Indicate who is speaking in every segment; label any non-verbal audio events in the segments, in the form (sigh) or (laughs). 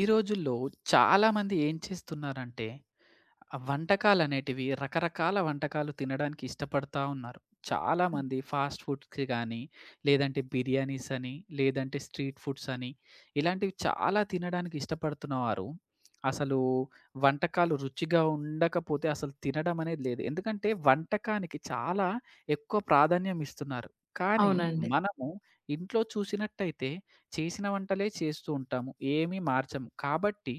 Speaker 1: ఈ రోజుల్లో చాలామంది ఏం చేస్తున్నారంటే, ఆ వంటకాలనేటివి రకరకాల వంటకాలు తినడానికి ఇష్టపడతా ఉన్నారు. చాలామంది ఫాస్ట్ ఫుడ్స్‌కి గానీ, లేదంటే బిర్యానీస్ అని, లేదంటే స్ట్రీట్ ఫుడ్స్ అని, ఇలాంటివి చాలా తినడానికి ఇష్టపడుతున్నవారు, అసలు వంటకాలు రుచిగా ఉండకపోతే అసలు తినడం అనేది లేదు. ఎందుకంటే వంటకానికి చాలా ఎక్కువ ప్రాధాన్యం ఇస్తున్నారు. కానీ
Speaker 2: అవునండి.
Speaker 1: మనము ఇంట్లో చూసినట్టయితే చేసిన వంటలే చేస్తూ ఉంటాము. ఏమీ మార్చము. కాబట్టి,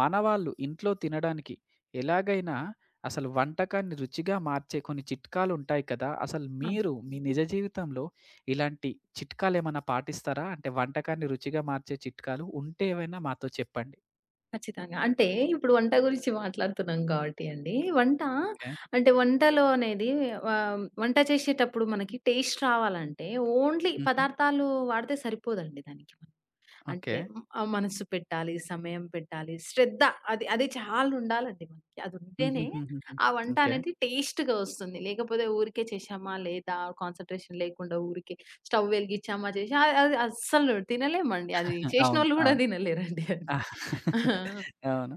Speaker 1: మన వాళ్ళు ఇంట్లో తినడానికి ఎలాగైనా అసలు వంటకాన్ని రుచిగా మార్చే కొన్ని చిట్కాలుంటాయి కదా! అసలు
Speaker 2: ఆ!
Speaker 1: మీరు మీ నిజ జీవితంలో ఇలాంటి చిట్కాలేమన్నా పాటిస్తారా? అంటే వంటకాన్ని రుచిగా మార్చే చిట్కాలు ఉంటే ఏవైనా మాతో చెప్పండి.
Speaker 2: ఖచ్చితంగా. అంటే ఇప్పుడు వంట గురించి మాట్లాడుతున్నాం కాబట్టి అండి. వంట
Speaker 1: ఓకే.
Speaker 2: అంటే వంటలో అనేది వంట చేసేటప్పుడు మనకి టేస్ట్ రావాలంటే ఓన్లీ
Speaker 1: హుహు.
Speaker 2: పదార్థాలు వాడితే సరిపోదండి దానికి.
Speaker 1: ఓకే.
Speaker 2: అంటే ఆ మనస్సు పెట్టాలి, సమయం పెట్టాలి, శ్రద్ధ అది అది చాలా ఉండాలండి మనకి. అదుంటేనే
Speaker 1: హుహుహుహుహు.
Speaker 2: ఆ వంట
Speaker 1: ఓకే.
Speaker 2: అనేది టేస్ట్‌గా వస్తుంది. లేకపోతే ఊరికే చేశామా, లేదా కాన్సంట్రేషన్ లేకుండా ఊరికే స్టవ్ వెలిగిచ్చామా, చేశా అది అది అస్సలు తినలేమండి. అది
Speaker 1: అవును,
Speaker 2: చేసినోళ్ళు గూడా
Speaker 1: అవును,
Speaker 2: తినలేరండి అది.
Speaker 1: ఆ,
Speaker 2: ఆ!
Speaker 1: అవును.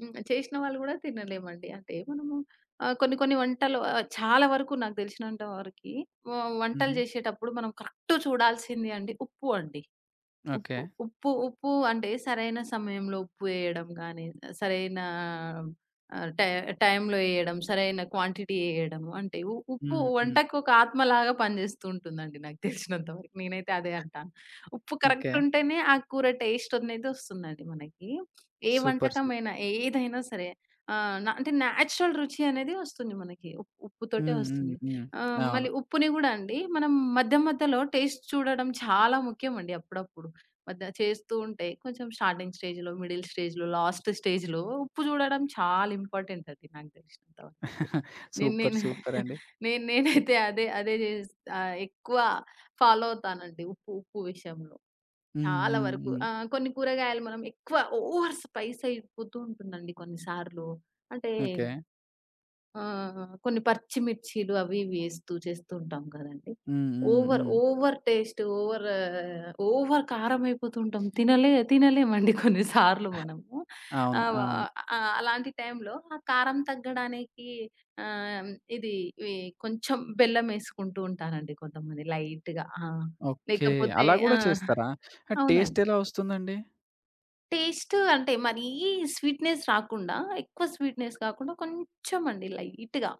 Speaker 2: హ్మ్. చేసిన వాళ్ళు గూడా తినలేమండి. అంటే మనము కొన్ని కొన్ని వంటలు చాలా వరకు నాకు తెలిసినంత వరకి వ వంటలు
Speaker 1: హుహు.
Speaker 2: చేసేటప్పుడు మనం కరెక్ట్ చూడాల్సింది అండి ఉప్పు అండి.
Speaker 1: ఓకే.
Speaker 2: ఉప్పు, ఉప్పు అంటే సరైన సమయంలో ఉప్పు ఎయడం గానీ, సరైన ఆహ్, టై టైంలో ఎయడం, సరైన క్వాంటిటీ ఎయడం. అంటే ఉప్పు
Speaker 1: హ్మ్. హ్మ్.
Speaker 2: వంటకు ఒక ఆత్మలాగా పనిజేస్తూ ఉంటుందండి నాకు తెలిసినంత వరకు. నేనైతే అదే అంటాను. ఉప్పు
Speaker 1: ఓకే.
Speaker 2: కరెక్ట్ ఉంటేనే ఆ కూర టేస్ట్ అనేది ఒస్తుందండి మనకి. ఏ
Speaker 1: సూపర్,
Speaker 2: వంటకమైనా,
Speaker 1: సూపర్.
Speaker 2: ఏదైనా సరే. అంటే నేచురల్ రుచి అనేది ఒస్తుంది మనకి. ఉప్పుతోటే
Speaker 1: హ్మ్. హ్మ్.
Speaker 2: ఒస్తుంది.
Speaker 1: హ్మ్. అవును.
Speaker 2: మళ్ళీ ఉప్పుని గూడా అండి మనం మధ్య మధ్యలో టేస్ట్ చూడడం చాలా ముఖ్యమండి అప్పుడప్పుడు. మధ్య చేస్తూ ఉంటే కొంచెం స్టార్టింగ్ స్టేజ్‌లో, మిడిల్ స్టేజ్‌లో, లాస్ట్ స్టేజ్‌లో ఉప్పు చూడడం చాలా ఇంపార్టెంట్ అండి నాకు తెలిసినంత వరకైతే. నేను
Speaker 1: సూపర్,
Speaker 2: నేను
Speaker 1: సూపర్ అండి.
Speaker 2: నేను నేనైతే అదే అదే ఎక్కువ ఫాలో అవుతానండి ఉప్పు ఉప్పు విషయంలో.
Speaker 1: హ్మ్.
Speaker 2: చాలా
Speaker 1: హ్మ్.
Speaker 2: వరకు
Speaker 1: హ్మ్.
Speaker 2: ఆ! కొన్ని కూరగాయలు మనం ఎక్కువ ఓవర్ స్పైస్ అయిపోతూ ఉంటుందండి కొన్నిసార్లు. అంటే
Speaker 1: ఓకే.
Speaker 2: ఆ! కొన్ని పచ్చిమిర్చీలు అవి ఇవి ఏస్తూ చేస్తూ ఉంటాం కదండీ.
Speaker 1: హ్మ్. హ్మ్.
Speaker 2: ఓవర్,
Speaker 1: హ్మ్.
Speaker 2: ఓవర్ టేస్ట్ ఓవర్ ఓవర్ కారం అయిపోతుంటాం. తినలేమండి కొన్ని సార్లు మనము.
Speaker 1: అవును,
Speaker 2: ఆహ్,
Speaker 1: అవును.
Speaker 2: ఆహ్, అలాంటి టైంలో ఆ కారం తగ్గడానికి ఆహ్, ఇది ఇవి కొంచెం బెల్లమేసుకుంటూ ఉంటారండి కొంతమంది లైట్‌గా. ఆ!
Speaker 1: ఓకే.
Speaker 2: లేకపోతే
Speaker 1: అలా గూడా
Speaker 2: ఆ!
Speaker 1: చేస్తారా? ఆహ్, టేస్ట్
Speaker 2: అవునండి.
Speaker 1: ఎలా వస్తుందండి?
Speaker 2: టేస్ట్ అంటే మరీ స్వీట్‌నెస్ రాకుండా, ఎక్కువ స్వీట్‌నెస్ కాకుండా కొంచెం అండి లైట్‌గా.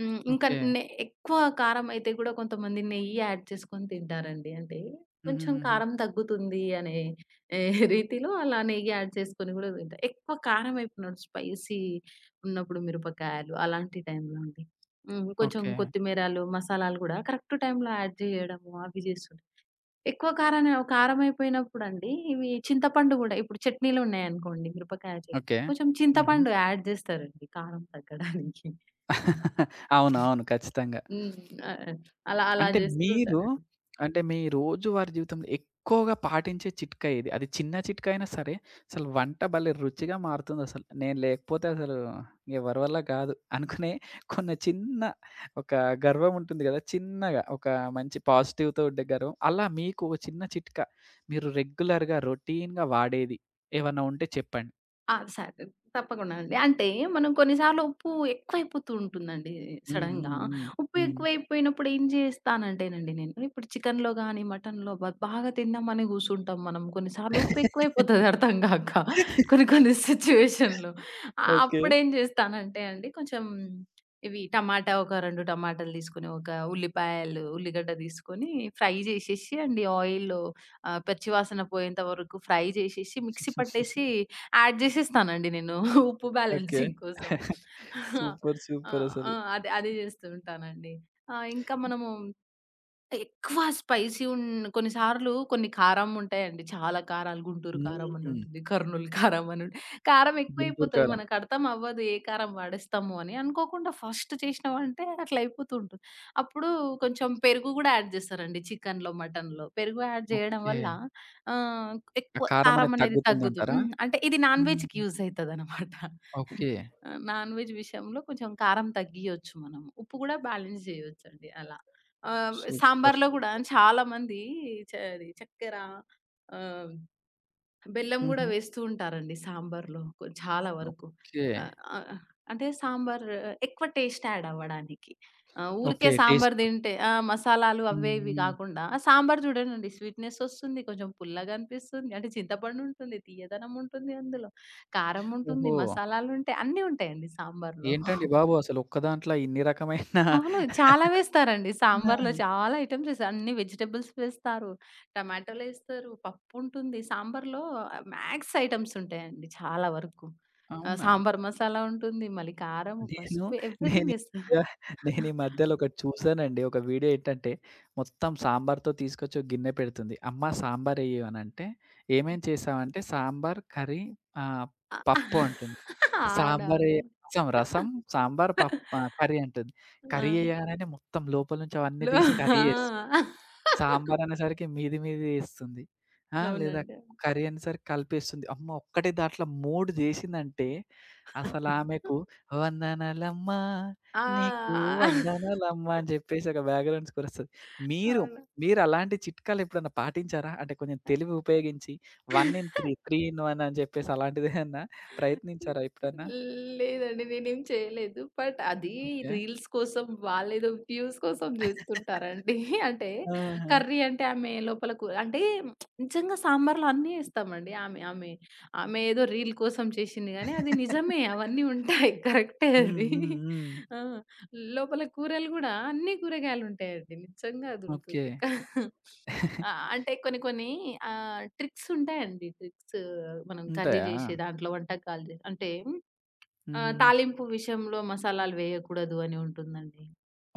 Speaker 2: హ్మ్. ఇంకా
Speaker 1: ఓకే.
Speaker 2: ఎక్కువ కారం అయితే గూడా కొంతమంది నెయ్యి యాడ్ చేసుకొని తింటారండి. అంటే కొంచెం
Speaker 1: హుహుహుహు.
Speaker 2: కారం తగ్గుతుంది అనే ఏ రీతిలో అలా నెయ్యి యాడ్ చేసుకొని గూడా తింటారు. ఎక్కువ కారం అయిపోయినప్పుడు స్పైసీ ఉన్నప్పుడు మిరపకాయలు అలాంటి టైంలో అండి. హ్మ్. కొంచెం
Speaker 1: ఓకే.
Speaker 2: కొత్తిమీరలు, మసాలాలు గూడా కరెక్ట్ టైంలో యాడ్ జేయడము అవి చేస్తుంటాను. ఎక్కువ కారమైపోయినప్పుడండి, ఇవి చింతపండు గూడా ఇప్పుడు చట్నీలున్నాయనుకోండి, మిరపకాయ చట్నీ,
Speaker 1: ఓకే.
Speaker 2: కొంచెం
Speaker 1: హుహు.
Speaker 2: చింతపండు యాడ్ జేస్తారండి కారం తగ్గడానికి.
Speaker 1: (laughs) అవునవును. ఖచ్చితంగా.
Speaker 2: హ్మ్. ఆహ్, అలా అలా
Speaker 1: అంటే
Speaker 2: జేస్తూ
Speaker 1: మీరు,
Speaker 2: ఉంటారు.
Speaker 1: అంటే మీ రోజువారీ జీవితంలో ఎక్కువగా పాటించే చిట్కా ఏది? అది చిన్న చిట్కా అయినా సరే, అసలు వంట భలే రుచిగా మారుతుందసలు. నేను లేకపోతే అసలు ఎవరి వల్ల కాదు అనుకునే కొన్ని చిన్న ఒక గర్వం ఉంటుంది కదా! చిన్నగా ఒక మంచి పాజిటివ్‌తో ఉండే గర్వం. అలా మీకు ఒక చిన్న చిట్కా మీరు రెగ్యులర్‌గా రొటీన్‌గా వాడేది ఏమన్నా ఉంటే చెప్పండి?
Speaker 2: ఆ! సరే. తప్పకుండా అండి. అంటే మనం కొన్నిసార్లు ఉప్పు ఎక్కువైపోతూ ఉంటుందండి
Speaker 1: హ్మ్.
Speaker 2: సడెన్‌గా.
Speaker 1: హ్మ్. హ్మ్.
Speaker 2: ఉప్పు
Speaker 1: హ్మ్.
Speaker 2: ఎక్కువైపోయినప్పుడు ఏం చేస్తానంటేనండి నేను ఇప్పుడు చికెన్‌లో గాని, మటన్‌లో బాగా తిందామని కూర్చుంటాం మనం. కొన్నిసార్లు ఉప్పు ఎక్కువైపోతది అర్థం కాక. కొన్ని
Speaker 1: (laughs)
Speaker 2: కొన్ని సిట్యుయేషన్‌లో.
Speaker 1: ఓకే.
Speaker 2: అప్పుడేం చేస్తానంటే అండి కొంచెం టమాటా ఒక 2 టమాటాలు తీసుకొని, ఒక ఉల్లిపాయలు, ఉల్లిగడ్డ తీసుకొని ఫ్రై చేసేసి అండి ఆయిల్‌లో పచ్చివాసన పోయేంత వరకు ఫ్రై చేసేసి మిక్సీ పట్టేసి యాడ్ జేసేస్తానండి నేను (laughs) ఉప్పు
Speaker 1: ఓకే.
Speaker 2: బ్యాలెన్సింగ్ కోసం. (laughs)
Speaker 1: సూపర్,
Speaker 2: ఆ!
Speaker 1: సూపర్
Speaker 2: ఆ!
Speaker 1: అసలు.
Speaker 2: అదే అదే జేస్తూ ఉంటానండి. ఆ! ఇంకా మనము ఎక్కువ స్పైసీ ఉన్ కొన్ని సార్లు కొన్ని కారం ఉంటాయండి. చాలా కారాలు గుంటూరు కారం అని
Speaker 1: హ్మ్.
Speaker 2: ఉంటుంది. కర్నూల్ కారం అని ఉంటు కారం
Speaker 1: గుంటూరు
Speaker 2: ఎక్కువైపోతది.
Speaker 1: కారం.
Speaker 2: మనకు అర్థం అవ్వదు. ఏ కారం వాడేస్తాము అని. అనుకోకుండా ఫస్ట్ చేసినామంటే అట్లా అయిపోతూ ఉంటుంది. అప్పుడు కొంచెం పెరుగు గూడా యాడ్ చేస్తారండి. చికెన్‌లో, మటన్‌లో పెరుగు యాడ్ చేయడం
Speaker 1: ఓకే.
Speaker 2: వల్ల ఆహ్,
Speaker 1: ఆ
Speaker 2: ఎక్కువ
Speaker 1: కారం
Speaker 2: కారం
Speaker 1: అనేది
Speaker 2: అనేది తగ్గుతు
Speaker 1: తగ్గుతుందంటారా?
Speaker 2: హ్మ్. అంటే ఇది నాన్ వెజ్‌కి
Speaker 1: హుహుహు.
Speaker 2: యూజ్ అయితదనమాట.
Speaker 1: ఓకే.
Speaker 2: నాన్ వెజ్ విషయంలో కొంచెం కారం తగ్గియొచ్చు మనం. ఉప్పు గూడా బ్యాలెన్స్ చేయొచ్చండి అలా.
Speaker 1: సూపర్.
Speaker 2: సాంబార్‌లో
Speaker 1: సూప్
Speaker 2: గూడా చాలామంది అది చక్కెర ఆహ్, బెల్లం గూడా
Speaker 1: హుహు.
Speaker 2: వేస్తూ ఉంటారండి సాంబార్‌లో చాలా వరకు.
Speaker 1: ఓకే.
Speaker 2: ఆహ్, ఆహ్, అంటే సాంబార్ ఎక్కువ టేస్ట్ యాడ్ అవ్వడానికి.
Speaker 1: ఓకే.
Speaker 2: ఊరికే
Speaker 1: టేస్ట్
Speaker 2: సాంబార్
Speaker 1: కూడా.
Speaker 2: తింటే ఆ! మసాలాలు
Speaker 1: హ్మ్.
Speaker 2: అవే ఇవి
Speaker 1: హ్మ్.
Speaker 2: గాకుండా సాంబార్ చూడండండి స్వీట్‌నెస్ ఒస్తుంది. కొంచెం పుల్లగా అనిపిస్తుంది. అంటే చింతపండు ఉంటుంది, తీయదనం ఉంటుంది అందులో, కారం ఉంటుంది,
Speaker 1: ఓహో!
Speaker 2: మసాలాలుంటాయి. అన్నీ ఉంటాయండి సాంబార్‌లో.
Speaker 1: ఏంటండి బాబు అసలు ఒక్క దాంట్లో ఇన్ని రకమైన
Speaker 2: అవును. చాలా వేస్తారండి.
Speaker 1: ఆ!
Speaker 2: సాంబార్‌లో చాలా ఐటెమ్స్ వేస్తారు. అన్ని వెజిటబుల్స్ వేస్తారు. టమాటాలేస్తారు. పప్పుంటుంది. సాంబార్‌లో మ్యాక్స్ ఐటెమ్స్ ఉంటాయండి చాలా వరకు.
Speaker 1: అవునా?
Speaker 2: సాంబార్ మసాలా ఉంటుంది. మళ్ళీ కారము,
Speaker 1: నేను
Speaker 2: పసుపు
Speaker 1: నేను
Speaker 2: ఎవ్రీథింగ్ ఏస్తారు.
Speaker 1: మధ్య నేను ఈ మధ్యలో ఒకటి చూసానండి. ఒక వీడియో ఏంటంటే, మొత్తం సాంబార్‌తో తీసుకొచ్చి ఒక గిన్నె పెడుతుంది. "అమ్మ సాంబార్ ఎయ్యు" అనంటే, "ఏమేం చేసావంటే సాంబార్, కర్రీ ఆహ్,
Speaker 2: ఆ!
Speaker 1: పప్పు" అంటుంది.
Speaker 2: (laughs)
Speaker 1: "సాంబార్ ఎయ్య
Speaker 2: అవునవునండి.
Speaker 1: రసం, రసం, సాంబార్, పప్ ఆహ్, కర్రీ" అంటుంది.
Speaker 2: ఆ!
Speaker 1: కర్రీ ఎయ్యగానే మొత్తం లోపల నుంచి అవన్నీ తీసి కర్రీ
Speaker 2: ఆ!
Speaker 1: చేస్తది. సాంబార్ అనేసరికి మీది మీది ఏస్తుంది. ఆ! లేదా
Speaker 2: అవునండి.
Speaker 1: కర్రీ అనేసరికి కలిపేస్తుంది. అమ్మ! ఒక్కటే దాంట్లో 3 జేసిందంటే అసలామెకు వందనాలమ్మా నీకు
Speaker 2: ఆ!
Speaker 1: వందనాలమ్మా అని జెప్పేసి ఒక బ్యాక్‌గ్రౌండ్ స్కోర్ ఒస్తది. మీరు, మీరు అలాంటి చిట్కాలు ఎప్పుడన్నా పాటించారా? అంటే కొంచెం తెలివి ఉపయోగించి 1 ఇన్
Speaker 2: అవును.
Speaker 1: 3, 3 ఇన్ 1 అని జెప్పేసి అలాంటిదేమన్నా ప్రయత్నించారా ఎప్పుడన్నా?
Speaker 2: లేదండి. నేనేం చేయలేదు. బట్ అది
Speaker 1: ఓకే.
Speaker 2: రీల్స్ కోసం వాళ్ళేదో వ్యూస్ కోసం జేస్తుంటారండి. (laughs) అంటే
Speaker 1: ఆహా!
Speaker 2: కర్రీ అంటే ఆమె లోపల కూర అంటే నిజంగా సాంబార్‌లో అన్నీ ఏస్తామండి. ఆమె ఆమె ఆమె ఏదో రీల్ కోసం చేసింది గానీ అది
Speaker 1: (laughs)
Speaker 2: నిజమే అవన్నీ ఉంటాయి. (laughs) కరెక్టే
Speaker 1: హ్మ్.
Speaker 2: అది.
Speaker 1: హ్మ్. హ్మ్.
Speaker 2: ఆ! లోపల కూరలు గూడా అన్ని కూరగాయలుంటాయండి. నిజంగా
Speaker 1: ఓకే.
Speaker 2: అదుంటుంది. ఆ! అంటే కొన్ని కొన్ని ట్రిక్స్ ఉంటాయండి. ట్రిక్స్ మనం కర్రీ
Speaker 1: ఉంటాయా?
Speaker 2: చేసే దాంట్లో అంటే
Speaker 1: హుహుహు.
Speaker 2: తాలింపు విషయంలో మసాలాలు వేయకూడదు అని ఉంటుందండి.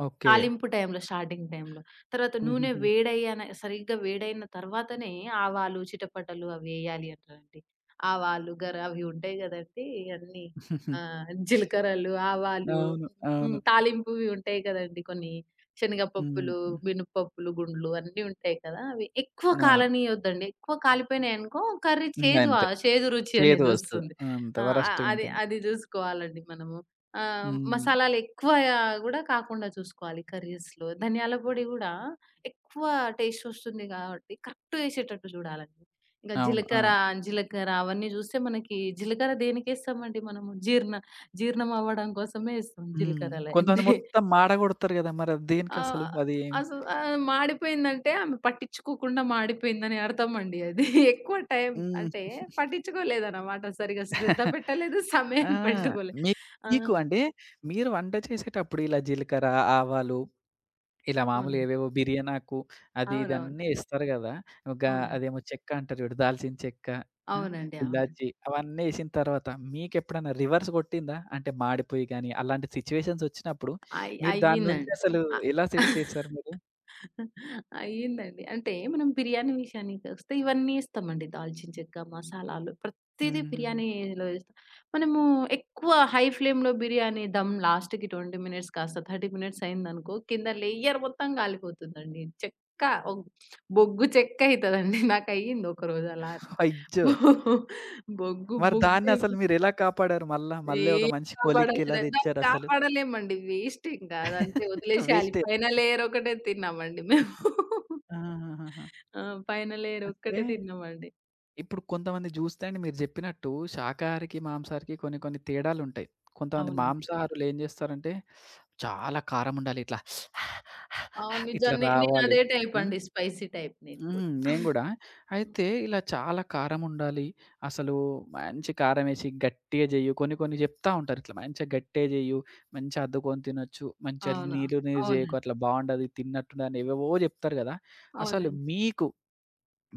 Speaker 1: ఓకే.
Speaker 2: తాలింపు టైంలో స్టార్టింగ్ టైంలో. తర్వాత నూనె
Speaker 1: హుహుహు.
Speaker 2: వేడయ్యాన సరిగ్గా వేడైన తర్వాతనే ఆవాలు, చిటపటలు అవేయాలి అంటారండి. ఆవాలు, అవి ఉంటాయి గదండీ! అన్నీ జీలకర్రలు, ఆవాలు
Speaker 1: అవును, అవును.
Speaker 2: హ్మ్. తాలింపువి ఉంటాయి కదండీ! కొన్ని
Speaker 1: హ్మ్.
Speaker 2: శనగపప్పులు,
Speaker 1: హ్మ్.
Speaker 2: మినపప్పులు గుండ్లు అన్నీ ఉంటాయి కదా! అవి ఎక్కువ
Speaker 1: ఆ!
Speaker 2: కాలనీయొద్దండి. ఎక్కువ కాలిపోయినాయనుకో కర్రీ
Speaker 1: ఇంగ
Speaker 2: చేదు
Speaker 1: అంతే.
Speaker 2: చేదు రుచి
Speaker 1: చేదు వస్తది.
Speaker 2: అనేదొస్తుంది.
Speaker 1: అంత
Speaker 2: ఆ! అ
Speaker 1: వరస్ట్‌గా
Speaker 2: అది
Speaker 1: ఉంటుంది.
Speaker 2: అది జూసుకోవాలండి మనము.
Speaker 1: హ్మ్.
Speaker 2: మసాలాలు ఎక్కువ గూడా కాకుండా చూసుకోవాలి కర్రీస్‌లో. ధనియాల పొడి గూడా ఎక్కువ టేస్ట్ వస్తుంది గాబట్టి కరెక్ట్ ఏసేటట్టు చూడాలండి. ఇంక
Speaker 1: అవును,
Speaker 2: జీలకర్ర,
Speaker 1: అవును.
Speaker 2: అవన్నీ జూస్తే మనకి జీలకర్ర దేనికేస్తామండి మనము? జీర్ణం అవ్వడం కోసమే ఏస్తాం
Speaker 1: హ్మ్. కొంతమంది
Speaker 2: జీలకర్రలన్నీ.
Speaker 1: మొత్తం మాడగొడతారు గదా! మరది దేనికసలు?
Speaker 2: ఆహ్,
Speaker 1: అది
Speaker 2: అసలు మాడిపోయిందంటే ఆమె పట్టించుకోకుండా మాడిపోయిందని అర్థం అండి అది. ఎక్కువ టైం అంటే
Speaker 1: హ్మ్.
Speaker 2: పట్టించుకోలేదన్నమాట. సరిగ్గా శ్రద్ధ
Speaker 1: (laughs)
Speaker 2: పెట్టలేదు,
Speaker 1: ఆ!
Speaker 2: సమయం (laughs) పెట్టుకోలే.
Speaker 1: మీ
Speaker 2: ఆ!
Speaker 1: మీకు అంటే మీరు వంట చేసేటప్పుడు ఇలా జీలకర్ర, ఆవాలు ఇలా మామూలు
Speaker 2: అవునండి.
Speaker 1: ఏవేవో బిర్యానాకు అది ఇది
Speaker 2: అవునవును.
Speaker 1: అన్నీ ఇస్తారు గదా! గా
Speaker 2: అవునండి.
Speaker 1: అదేమో చెక్క అంటారు చూడు దాల్చిన చెక్క, ఆ!
Speaker 2: అవునండి. అవునండి.
Speaker 1: ఇలాచి అవన్నీ ఏసిన తర్వాత మీకెప్పుడైనా రివర్స్ కొట్టిందా? అంటే మాడిపోయి గాని అలాంటి సిట్యుయేషన్స్ వచ్చినప్పుడు మీరు దాని నుంచి
Speaker 2: అయ్యిందండి.
Speaker 1: అసలు
Speaker 2: అ
Speaker 1: ఎలా సెట్ చేసారు
Speaker 2: (laughs)
Speaker 1: మీరు?
Speaker 2: అయ్యిందండి. అంటే మనం బిర్యానీ విషయానికొస్తే ఇవన్నీ ఏస్తామండి. దాల్చిన చెక్క, మసాలాలు ప్రతీదీ
Speaker 1: హుహుహు.
Speaker 2: బిర్యానీలో ఏస్తాం. మనము ఎక్కువ హై ఫ్లేమ్‌లో బిర్యానీ దమ్ లాస్ట్‌కి 20 మినిట్స్ కాస్త 30 మినిట్స్ అయిందనుకో కింద లేయర్ మొత్తం కాలిపోతుందండి. చెక్క ఒ బొగ్గు చెక్కయితదండి. నాకయ్యింది ఒకరోజు అలానే.
Speaker 1: అయ్యో!
Speaker 2: బొ బొగ్గు
Speaker 1: మరి దాన్ని అసలు
Speaker 2: బొగ్గు
Speaker 1: మీరెలా కాపాడారు మళ్ళా? మళ్ళీ ఒక
Speaker 2: ఏం
Speaker 1: మంచి కొలీగ్‌కి ఎలా
Speaker 2: కాపాడలేదండి. దాన్ని
Speaker 1: తెచ్చారసలు?
Speaker 2: కాపాడలేమండి. వేస్ట్ ఇంకా అదంతే వదిలేసేయాలి.
Speaker 1: వేస్టే.
Speaker 2: పైన
Speaker 1: (laughs)
Speaker 2: లేయర్ ఒకటే తిన్నామండి మేము.
Speaker 1: ఆహాహాహా!
Speaker 2: ఆ! పైన లేయర్
Speaker 1: అంటే
Speaker 2: ఒక్కటే తిన్నామండి.
Speaker 1: ఇప్పుడు కొంతమంది జూస్తే అండి మీరు జెప్పినట్టు శాకాహారికి, మాంసాహారికి కొన్ని కొన్ని తేడాలుంటాయి. కొంతమంది
Speaker 2: అవునండి.
Speaker 1: మాంసాహారులు ఏం జేస్తారంటే, చాలా కారం ఉండాలి ఇట్లా
Speaker 2: అవును.
Speaker 1: ఇట్లా
Speaker 2: నేను
Speaker 1: రావాలి.
Speaker 2: అదే టైప్
Speaker 1: హ్మ్.
Speaker 2: అండి. స్పైసీ టైప్ నేను
Speaker 1: హ్మ్.
Speaker 2: కూడా.
Speaker 1: నేను గూడా.
Speaker 2: హ్మ్.
Speaker 1: అయితే ఇలా చాలా కారం ఉండాలి. అసలు మంచి కారమేసి గట్టిగా జెయ్యు. కొన్ని కొన్ని జెప్తా ఉంటారు. ఇట్లా మంచిగా గట్టిగా జెయ్యు. మంచిగా అద్దుకొని తినొచ్చు. మంచిగా
Speaker 2: అవునా!
Speaker 1: నీళ్ళు నీరు జేయకు
Speaker 2: అవునండి.
Speaker 1: అట్లా బావుండదు. తిన్నట్టుండదు అని ఏవేవో జెప్తారు గదా! అసలు
Speaker 2: అవునండి.
Speaker 1: మీకు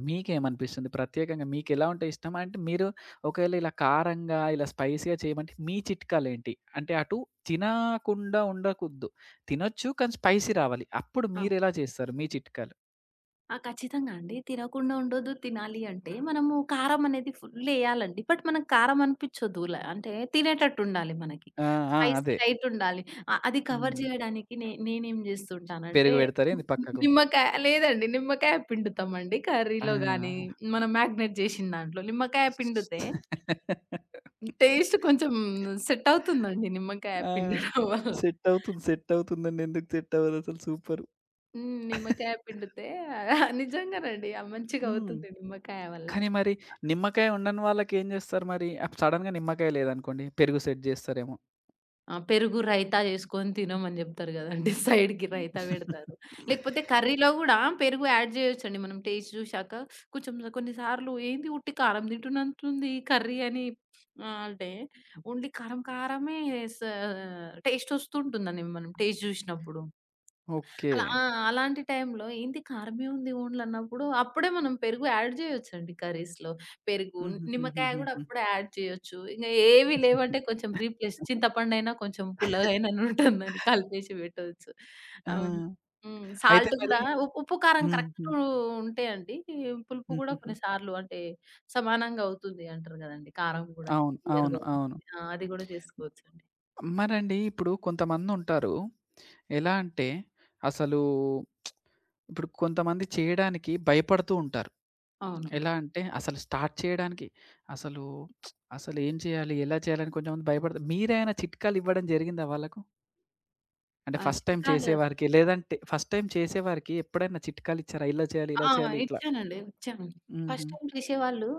Speaker 1: మీకేమనిపిస్తుంది? ప్రత్యేకంగా మీకెలా ఉంటే ఇష్టం? అంటే మీరు ఒకవేళ ఇలా కారంగా, ఇలా స్పైసీ‌గా చేయమంటే మీ చిట్కాలేంటి? అంటే అటు తినకుండా ఉండకూడదు. తినొచ్చు కానీ స్పైసీ రావాలి. అప్పుడు
Speaker 2: ఆ!
Speaker 1: మీరెలా చేస్తారు? మీ చిట్కాలు?
Speaker 2: ఆ! ఖచ్చితంగా అండి. తినకుండా ఉండొద్దు. తినాలి అంటే మనము కారం అనేది ఫుల్లేయాలండి. బట్ మనకు కారం అనిపిచ్చొద్దు. అంటే తినేటట్టుండాలి మనకి.
Speaker 1: ఆ! ఆ!
Speaker 2: స్పైసీ
Speaker 1: అదే.
Speaker 2: లైట్ ఉండాలి. అది కవర్
Speaker 1: హ్మ్.
Speaker 2: జేయడానికి నేనేం జేస్తుంటానంటే
Speaker 1: పెరుగు పెడతారా ఏంది పక్కకు?
Speaker 2: నిమ్మకాయ లేదండి. నిమ్మకాయ పిండుతామండి కర్రీలో గానీ,
Speaker 1: ఆ!
Speaker 2: మనం మ్యాగ్నేట్ జేసిన దాంట్లో. నిమ్మకాయ పిండితే టేస్ట్ కొంచెం సెట్ అవుతుందండి నిమ్మకాయ
Speaker 1: ఆ!
Speaker 2: పిండడం వల్ల.
Speaker 1: సెట్ అవుతుంది, సెట్ అవుతుందండి. ఎందుకు సెట్ అవ్వదసలు సూపర్.
Speaker 2: హ్మ్. నిమ్మకాయ పిండితే నిజంగానండి. ఆ!
Speaker 1: హ్మ్.
Speaker 2: మంచిగవుతుంది నిమ్మకాయ వల్ల.
Speaker 1: కానీ మరి నిమ్మకాయ ఉండని వాళ్ళకేం జేస్తారు మరి? అప్ సడెన్‌గా నిమ్మకాయ లేదనుకోండి, పెరుగు సెట్ జేస్తారేమో.
Speaker 2: ఆ! పెరుగు రైతా జేసుకొని తినమని జెప్తారు గదండీ! (laughs) సైడ్‌కి రైతా బెడతారు. లేకపోతే కర్రీలో గూడా పెరుగు యాడ్ జేయొచ్చండి. మనం టేస్ట్ జూశాక కొంచెం కొన్ని సార్లు ఏంది ఉట్టి కారం తింటున్నట్టుంది కర్రీ అని అంటే ఓన్లీ కారమే స టేస్ట్ ఒస్తుంటుందండి మనం టేస్ట్ జూశినప్పుడు.
Speaker 1: ఓకే.
Speaker 2: అలా ఆ! అలాంటి టైంలో ఏంటి కారమే ఉంది ఓన్లన్నప్పుడు అప్పుడే మనం పెరుగు యాడ్ చేయొచ్చండి కర్రీస్‌లో. పెరుగు, నిమ్మకాయ గూడా
Speaker 1: హుహుహుహుహుహు.
Speaker 2: అప్పుడే యాడ్ చేయొచ్చు. ఇంగ ఏవి లేవంటే కొంచెం రీప్లేస్ చింతపండైనా కొంచెం పుల్లగైనను ఉంటుందని కలిపేసి పెట్టొచ్చు.
Speaker 1: ఆ!
Speaker 2: ఆహ్, హ్మ్.
Speaker 1: అయితే
Speaker 2: సాల్ట్
Speaker 1: మరి
Speaker 2: గూడా ఉప్పు, కారం
Speaker 1: హ్మ్.
Speaker 2: కరెక్ట్
Speaker 1: హ్మ్.
Speaker 2: ఉంటే అండి పులుపు గూడా
Speaker 1: హుహుహు.
Speaker 2: కొన్నిసార్లు అంటే సమానంగా అవుతుంది అంటారు గదండీ. కారం గూడా
Speaker 1: అవును, అవును,
Speaker 2: క్లియర్‌గా
Speaker 1: అవును.
Speaker 2: ఉంటుంది. ఆ! అది గూడా చేసుకోవచ్చండి.
Speaker 1: మరండి ఇప్పుడు కొంతమందుంటారు. ఎలా అంటే, అసలు ఇప్పుడు కొంతమంది చేయడానికి భయపడుతూ ఉంటారు.
Speaker 2: అవును.
Speaker 1: ఎలా అంటే అసలు స్టార్ట్ చేయడానికి అసలు అసలేం చేయాలి? ఎలా చేయాలని కొంచెంమంది భయపడతారు. మీరేమైనా చిట్కాలు ఇవ్వడం జరిగిందా వాళ్ళకు? అంటే
Speaker 2: ఆ
Speaker 1: ఫస్ట్ టైమ్
Speaker 2: చిట్కాలు
Speaker 1: చేసేవారికి లేదంటే ఫస్ట్ టైమ్ చేసేవారికి ఎప్పుడైనా చిట్కాలు ఇచ్చారా? ఇలా చేయాలి, ఇలా
Speaker 2: ఆ!
Speaker 1: చేయాలి ఇట్లా.
Speaker 2: ఇచ్చానండి. ఇచ్చాను.
Speaker 1: హుహు.
Speaker 2: ఫస్ట్ టైమ్ చేసేవాళ్ళు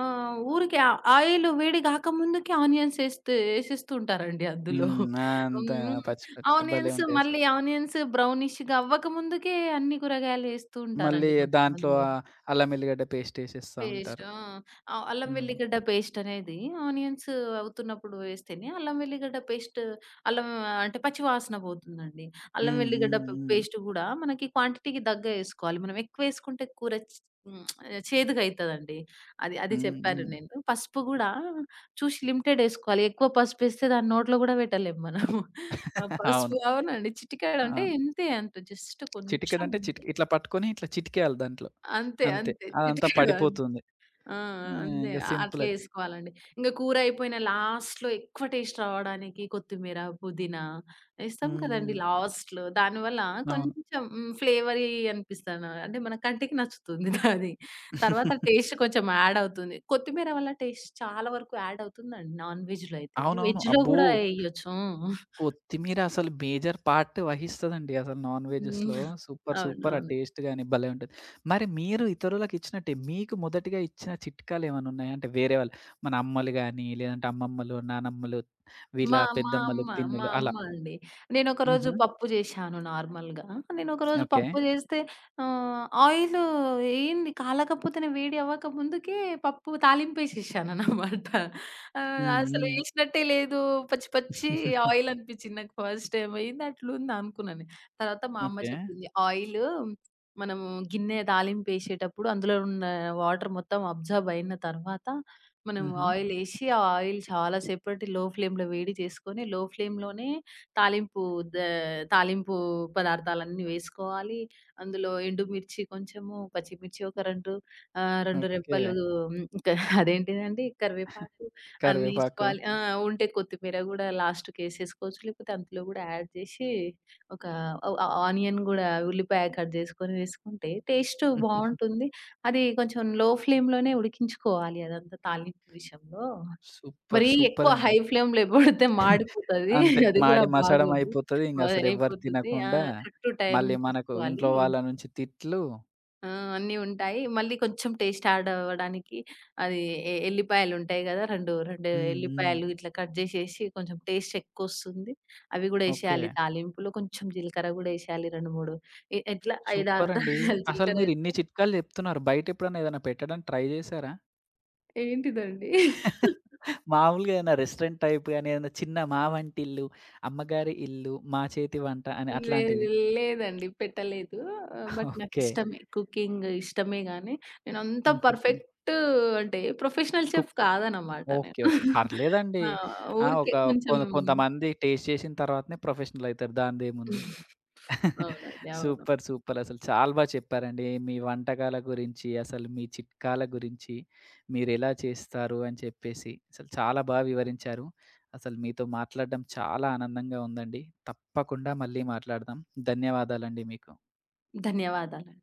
Speaker 2: ఊరికే ఆ ఆయిల్ వేడి గాకముందుకే ఆనియన్స్ ఏస్తే ఏసేస్తూ ఉంటారండి అందులో.
Speaker 1: హ్మ్. ఆ! అంతా
Speaker 2: హ్మ్.
Speaker 1: పచ్చి పచ్చి భలే ఉంటాయసలు.
Speaker 2: ఆనియన్స్ బ్రౌనిష్‌గా అవ్వకముందుకే అన్ని కూరగాయలు ఏస్తూ
Speaker 1: మళ్ళీ
Speaker 2: ఉంటారండి
Speaker 1: దాంట్లో
Speaker 2: కొంతమంది.
Speaker 1: ఆహ్, అల్లం ఎల్లిగడ్డ పేస్ట్ ఏసేస్తా
Speaker 2: పేస్ట్.
Speaker 1: ఉంటారు.
Speaker 2: ఆ! అల్లం
Speaker 1: హ్మ్.
Speaker 2: వెల్లిగడ్డ పేస్ట్ అనేది ఆనియన్స్ అవుతున్నప్పుడు వేస్తేనే అల్లం వెల్లిగడ్డ పేస్ట్ అల్లం అంటే పచ్చి వాసన పోతుందండి. అల్లం
Speaker 1: హ్మ్. హ్మ్.
Speaker 2: వెల్లిగడ్డ
Speaker 1: హ్మ్.
Speaker 2: పేస్ట్ గూడా మనకి క్వాంటిటీకి దగ్గ ఏసుకోవాలి. మనం ఎక్కువేసుకుంటే కూర చ్ హ్మ్. చేదుగయితదండి. అది అది
Speaker 1: హ్మ్.
Speaker 2: చెప్పాను
Speaker 1: హ్మ్.
Speaker 2: నేను. పసుపు గూడా చూసి లిమిటెడ్ ఏసుకోవాలి. ఎక్కువ పసుపేస్తే దాన్ని నోట్లో గూడా పెట్టలేం మనం. ఆ!
Speaker 1: (laughs) అవును,
Speaker 2: పసుపు అవునండి. చిటికెడంటే
Speaker 1: అవును.
Speaker 2: ఇంతే అంత జస్ట్ కొంచెం
Speaker 1: చిటికెడంటే
Speaker 2: అంతే.
Speaker 1: చిటికి ఇట్లా పట్టుకొని ఇట్లా చిటికేయాలి దాంట్లో.
Speaker 2: అంతే.
Speaker 1: అంతే.
Speaker 2: అంతే.
Speaker 1: అదంతా
Speaker 2: చిటికెడు.
Speaker 1: పడిపోతుంది.
Speaker 2: ఆ!
Speaker 1: ఆ!
Speaker 2: అంతే.
Speaker 1: ఇంక సింపుల్
Speaker 2: అట్లా
Speaker 1: అది.
Speaker 2: ఏసుకోవాలండి. ఇంక కూర అయిపోయిన లాస్ట్‌లో ఎక్కువ టేస్ట్ రావడానికి కొత్తిమీర, పుదీనా ఏస్తాం
Speaker 1: హ్మ్.
Speaker 2: కదండీ
Speaker 1: హ్మ్.
Speaker 2: లాస్ట్‌లో. దానివల్ల
Speaker 1: అవును.
Speaker 2: కొంచెం ఫ్లేవరీ అనిపిస్తాను. అంటే మన కంటికి నచ్చుతుంది (laughs) అది. తర్వాత టేస్ట్ కొంచెం యాడ్ అవుతుంది. కొత్తిమీర వల్ల టేస్ట్ చాలా వరకు యాడ్ అవుతుందండి నాన్ వెజ్‌లో అయితే.
Speaker 1: అవునవును.
Speaker 2: వెజ్‌లో
Speaker 1: అబ్బో!
Speaker 2: గూడా ఎయొచ్చు.
Speaker 1: కొత్తిమీర అసలు మేజర్ పార్ట్ వహిస్తదండి అసలు నాన్
Speaker 2: హ్మ్.
Speaker 1: వెజెస్‌లో. సూపర్! సూపర్! ఆ
Speaker 2: అవునవును.
Speaker 1: టేస్ట్ గాని భలే ఉంటది. మరి మీరు ఇతరులకిచ్చినట్టే మీకు మొదటిగా ఇచ్చిన చిట్కాలేమన్నా ఉన్నాయా? అంటే వేరే వాళ్ళు మన అమ్మలు గాని, లేదంటే అమ్మమ్మలు, నానమ్మలు, వీళ్ళ
Speaker 2: మా మా
Speaker 1: పెద్దమ్మలు,
Speaker 2: అమ్మ, మా
Speaker 1: పిన్నులు అలా.
Speaker 2: అమ్మ అండి. నేనొకరోజు
Speaker 1: హుహు.
Speaker 2: పప్పు జేశాను నార్మల్‌గా. నేనొకరోజు
Speaker 1: ఓకే.
Speaker 2: పప్పు జేస్తే ఆయిలు ఏంది కాలకపోతేనే వేడి అవ్వక ముందుకే పప్పు తాలింపేసేశాననమాట.
Speaker 1: హ్మ్.
Speaker 2: అసలు
Speaker 1: హ్మ్.
Speaker 2: ఏసినట్టే లేదు. పచ్చి పచ్చి
Speaker 1: (laughs)
Speaker 2: ఆయిల్ అనిపిచ్చింది నాకు ఫస్ట్ టైమ్. ఏంది అట్లుందా అనుకున్నా నేను. తర్వాత మా అమ్మ
Speaker 1: ఓకే.
Speaker 2: చెప్పింది, "ఆయిలు మనము గిన్నె తాలింపేసేటప్పుడు అందులో ఉన్న వాటర్ మొత్తం అబ్జర్బ్ అయిన తర్వాత మనం
Speaker 1: హుహు.
Speaker 2: ఆయిలేసి, ఆ ఆయిల్ చాలా సేపటి లో ఫ్లేమ్‌లో వేడి చేసుకొని, లో ఫ్లేమ్‌లోనే తాలింపు ద తాలింపు పదార్థాలన్నీ వేసుకోవాలి. అందులో ఎండుమిర్చి కొంచెము, పచ్చిమిర్చి ఒక 2 2
Speaker 1: ఓకే.
Speaker 2: రెబ్బలు ఇంక అదేంటిదండి కరివేపాకు అన్నీ
Speaker 1: కరివేపాకు.
Speaker 2: ఏసుకోవాలి. ఆ! ఉంటే కొత్తిమీర గూడా లాస్ట్‌కేసేసుకోవచ్చు. లేకపోతే అంతలో గూడా యాడ్ చేసి, ఒక ఆ ఆ- ఆనియన్ గూడా ఉల్లిపాయ కట్ చేసుకొని వేసుకుంటే టేస్ట్ బావుంటుంది. అది కొంచెం లో ఫ్లేమ్‌లోనే ఉడికించుకోవాలి అదంతా తాలింపు విషయంలో.
Speaker 1: సూపర్!
Speaker 2: మరీ
Speaker 1: సూపర్
Speaker 2: ఎక్కువ
Speaker 1: అండి.
Speaker 2: హై ఫ్లేమ్‌లో పెడితే మాడిపోతది.
Speaker 1: అంతే.
Speaker 2: (laughs) అది కూడా
Speaker 1: మాడి మసడం
Speaker 2: బాగోదు.
Speaker 1: అయిపోతది.
Speaker 2: మరి
Speaker 1: ఇంగసలెవ్వరు
Speaker 2: అయిపోతుంది. ఆ!
Speaker 1: తినకుండా,
Speaker 2: కరెక్ట్ టైమ్
Speaker 1: మళ్ళీ మనకు
Speaker 2: చూసుకోవాలి.
Speaker 1: ఇంట్లో వాళ్ళ నుంచి తిట్లు.
Speaker 2: ఆ! అన్నీ ఉంటాయి. మళ్ళీ కొంచెం టేస్ట్ యాడ్ అవ్వడానికి అది ఎ ఎల్లిపాయలుంటాయి గదా! 2
Speaker 1: హ్మ్. హ్మ్.
Speaker 2: ఎల్లిపాయలు ఇట్లా కట్ జేసేసి కొంచెం టేస్ట్ ఎక్కువొస్తుంది. అవి గూడా
Speaker 1: ఓకే.
Speaker 2: ఎసేయాలి తాలింపులో. కొంచెం జీలకర్ర గూడా ఎసేయాలి 2, 3 ఇ ఎట్లా 5, 6
Speaker 1: సూపరండి.
Speaker 2: దానాలు
Speaker 1: అసలు
Speaker 2: జీలకర్ర ఎస్తే
Speaker 1: మీరిన్ని చిట్కాలు జెప్తున్నారు. బయటెప్పుడన్నా ఏదైనా పెట్టడానికి ట్రై జేశారా?
Speaker 2: ఏంటిదండి?
Speaker 1: మామూలుగా ఏదైనా రెస్టారెంట్ టైప్ గాని, ఏదైనా చిన్న మా వంటిల్లు, అమ్మగారి ఇల్లు, మా చేతి వంట అని అట్లాంటివి.
Speaker 2: లేదు. లేదండి. పెట్టలేదు. But
Speaker 1: okay.
Speaker 2: నాకిష్టమే. కుకింగ్ ఇష్టమే గానీ,
Speaker 1: (laughs)
Speaker 2: నేనంత
Speaker 1: హుహుహు.
Speaker 2: పర్ఫెక్ట్ అంటే ప్రొఫెషనల్ చెఫ్
Speaker 1: కుక్
Speaker 2: కాదనమాట నేను.
Speaker 1: ఓకే. ఓకే. పర్లేదండి.
Speaker 2: ఆ!
Speaker 1: ఆ!
Speaker 2: ఊరికే
Speaker 1: ఒక కొ
Speaker 2: కొంచెం
Speaker 1: కొంతమంది టేస్ట్ చేసిన తర్వాతనే ప్రొఫెషనల్ అయితారు. దానిదేముంది.
Speaker 2: అవునండి. అవును.
Speaker 1: Super, super. అసలు చాలా బా చెప్పారండి. మీ వంటకాల గురించి, అసలు మీ చిట్కాల గురించి, మీరెలా చేస్తారు అని చెప్పేసి, అసలు చాలా బా వివరించారు. అసలు మీతో మాట్లాడడం చాలా ఆనందంగా ఉందండి. తప్పకుండా మళ్ళీ మాట్లాడదాం. ధన్యవాదాలండి మీకు.
Speaker 2: ధన్యవాదాలండి.